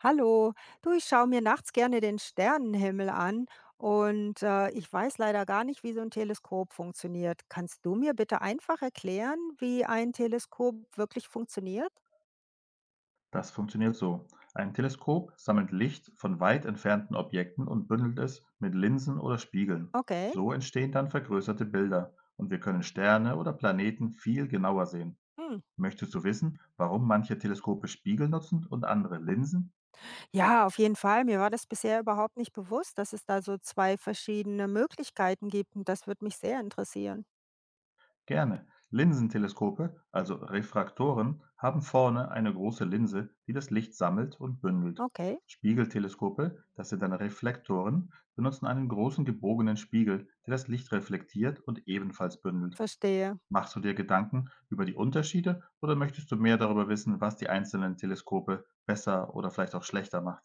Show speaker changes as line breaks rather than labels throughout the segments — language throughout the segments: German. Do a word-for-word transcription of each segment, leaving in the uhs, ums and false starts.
Hallo, du, ich schaue mir nachts gerne den Sternenhimmel an und äh, ich weiß leider gar nicht, wie so ein Teleskop funktioniert. Kannst du mir bitte einfach erklären, wie ein Teleskop wirklich funktioniert?
Das funktioniert so. Ein Teleskop sammelt Licht von weit entfernten Objekten und bündelt es mit Linsen oder Spiegeln.
Okay.
So entstehen dann vergrößerte Bilder und wir können Sterne oder Planeten viel genauer sehen.
Hm.
Möchtest du wissen, warum manche Teleskope Spiegel nutzen und andere Linsen?
Ja, auf jeden Fall. Mir war das bisher überhaupt nicht bewusst, dass es da so zwei verschiedene Möglichkeiten gibt, und das würde mich sehr interessieren.
Gerne. Linsenteleskope, also Refraktoren, haben vorne eine große Linse, die das Licht sammelt und bündelt.
Okay.
Spiegelteleskope, das sind dann Reflektoren, benutzen einen großen gebogenen Spiegel, der das Licht reflektiert und ebenfalls bündelt.
Verstehe.
Machst du dir Gedanken über die Unterschiede oder möchtest du mehr darüber wissen, was die einzelnen Teleskope besser oder vielleicht auch schlechter machen?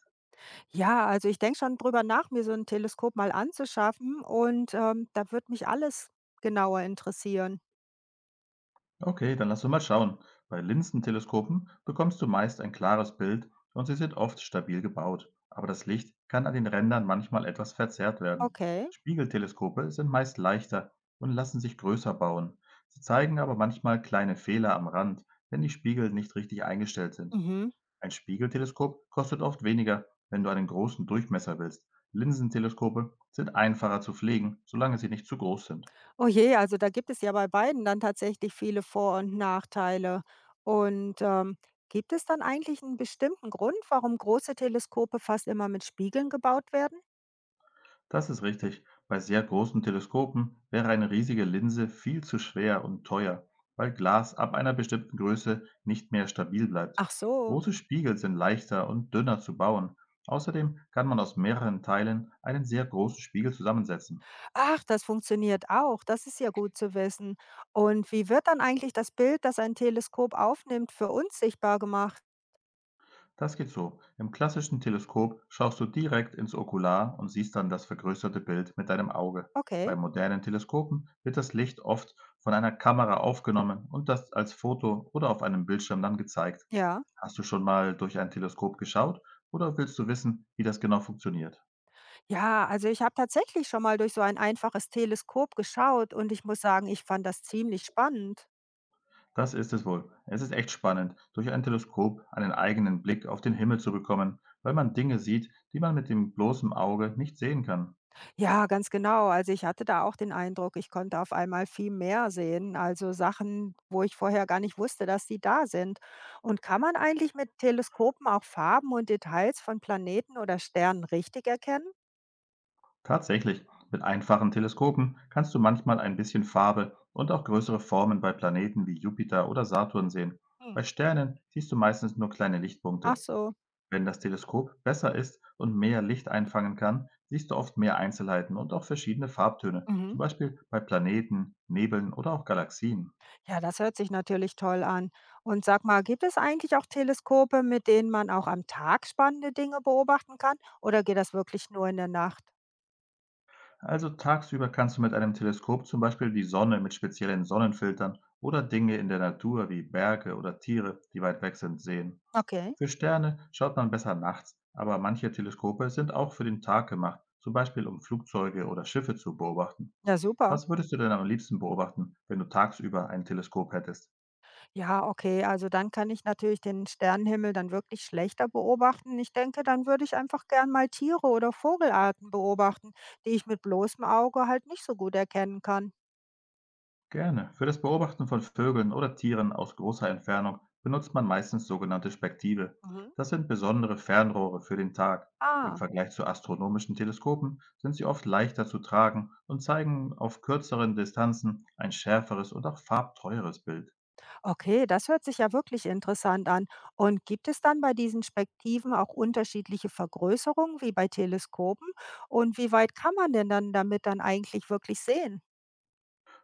Ja, also ich denke schon drüber nach, mir so ein Teleskop mal anzuschaffen, und ähm, da würde mich alles genauer interessieren.
Okay, dann lass uns mal schauen. Bei Linsenteleskopen bekommst du meist ein klares Bild und sie sind oft stabil gebaut, aber das Licht kann an den Rändern manchmal etwas verzerrt werden.
Okay.
Spiegelteleskope sind meist leichter und lassen sich größer bauen. Sie zeigen aber manchmal kleine Fehler am Rand, wenn die Spiegel nicht richtig eingestellt sind.
Mhm.
Ein Spiegelteleskop kostet oft weniger, wenn du einen großen Durchmesser willst. Linsenteleskope sind einfacher zu pflegen, solange sie nicht zu groß sind.
Oh je, also da gibt es ja bei beiden dann tatsächlich viele Vor- und Nachteile. Und, ähm, gibt es dann eigentlich einen bestimmten Grund, warum große Teleskope fast immer mit Spiegeln gebaut werden?
Das ist richtig. Bei sehr großen Teleskopen wäre eine riesige Linse viel zu schwer und teuer, weil Glas ab einer bestimmten Größe nicht mehr stabil bleibt.
Ach so.
Große Spiegel sind leichter und dünner zu bauen. Außerdem kann man aus mehreren Teilen einen sehr großen Spiegel zusammensetzen.
Ach, das funktioniert auch. Das ist ja gut zu wissen. Und wie wird dann eigentlich das Bild, das ein Teleskop aufnimmt, für uns sichtbar gemacht?
Das geht so. Im klassischen Teleskop schaust du direkt ins Okular und siehst dann das vergrößerte Bild mit deinem Auge.
Okay,
Bei modernen Teleskopen wird das Licht oft von einer Kamera aufgenommen und das als Foto oder auf einem Bildschirm dann gezeigt.
ja.
Hast du schon mal durch ein Teleskop geschaut oder willst du wissen, wie das genau funktioniert?
Ja, also ich habe tatsächlich schon mal durch so ein einfaches Teleskop geschaut und ich muss sagen, ich fand das ziemlich spannend.
Das ist es wohl. Es ist echt spannend, durch ein Teleskop einen eigenen Blick auf den Himmel zu bekommen, weil man Dinge sieht, die man mit dem bloßen Auge nicht sehen kann.
Ja, ganz genau. Also ich hatte da auch den Eindruck, ich konnte auf einmal viel mehr sehen, also Sachen, wo ich vorher gar nicht wusste, dass die da sind. Und kann man eigentlich mit Teleskopen auch Farben und Details von Planeten oder Sternen richtig erkennen?
Tatsächlich, mit einfachen Teleskopen kannst du manchmal ein bisschen Farbe und auch größere Formen bei Planeten wie Jupiter oder Saturn sehen.
Hm.
Bei Sternen siehst du meistens nur kleine
Ach
Lichtpunkte.
so.
Wenn das Teleskop besser ist und mehr Licht einfangen kann, siehst du oft mehr Einzelheiten und auch verschiedene Farbtöne,
Mhm.
zum Beispiel bei Planeten, Nebeln oder auch Galaxien.
Ja, das hört sich natürlich toll an. Und sag mal, gibt es eigentlich auch Teleskope, mit denen man auch am Tag spannende Dinge beobachten kann? Oder geht das wirklich nur in der Nacht?
Also tagsüber kannst du mit einem Teleskop zum Beispiel die Sonne mit speziellen Sonnenfiltern oder Dinge in der Natur wie Berge oder Tiere, die weit weg sind, sehen.
Okay.
Für Sterne schaut man besser nachts, aber manche Teleskope sind auch für den Tag gemacht, zum Beispiel um Flugzeuge oder Schiffe zu beobachten.
Ja, super.
Was würdest du denn am liebsten beobachten, wenn du tagsüber ein Teleskop hättest?
Ja, okay, also dann kann ich natürlich den Sternenhimmel dann wirklich schlechter beobachten. Ich denke, dann würde ich einfach gern mal Tiere oder Vogelarten beobachten, die ich mit bloßem Auge halt nicht so gut erkennen kann.
Gerne. Für das Beobachten von Vögeln oder Tieren aus großer Entfernung benutzt man meistens sogenannte Spektive.
Mhm.
Das sind besondere Fernrohre für den Tag. Im
Ah,
Vergleich zu astronomischen Teleskopen sind sie oft leichter zu tragen und zeigen auf kürzeren Distanzen ein schärferes und auch farbtreueres Bild.
okay, das hört sich ja wirklich interessant an. Und gibt es dann bei diesen Spektiven auch unterschiedliche Vergrößerungen wie bei Teleskopen? Und wie weit kann man denn dann damit dann eigentlich wirklich sehen?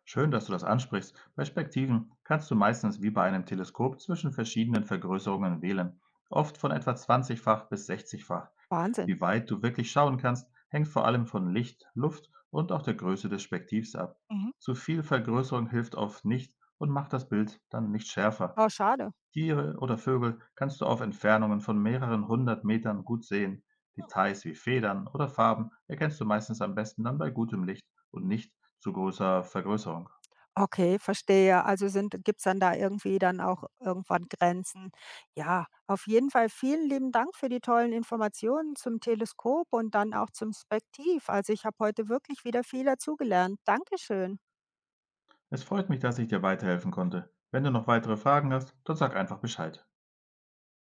Schön, dass du das ansprichst. Bei Spektiven kannst du meistens wie bei einem Teleskop zwischen verschiedenen Vergrößerungen wählen, oft von etwa zwanzig-fach bis sechzig-fach.
Wahnsinn.
Wie weit du wirklich schauen kannst, hängt vor allem von Licht, Luft und auch der Größe des Spektivs ab.
Mhm.
Zu viel Vergrößerung hilft oft nicht und macht das Bild dann nicht schärfer.
Oh, schade.
Tiere oder Vögel kannst du auf Entfernungen von mehreren hundert Metern gut sehen. Details wie Federn oder Farben erkennst du meistens am besten dann bei gutem Licht und nicht zu großer Vergrößerung.
Okay, verstehe. Also sind, gibt's dann da irgendwie dann auch irgendwann Grenzen? Ja, auf jeden Fall vielen lieben Dank für die tollen Informationen zum Teleskop und dann auch zum Spektiv. Also ich habe heute wirklich wieder viel dazugelernt. Dankeschön.
Es freut mich, dass ich dir weiterhelfen konnte. Wenn du noch weitere Fragen hast, dann sag einfach Bescheid.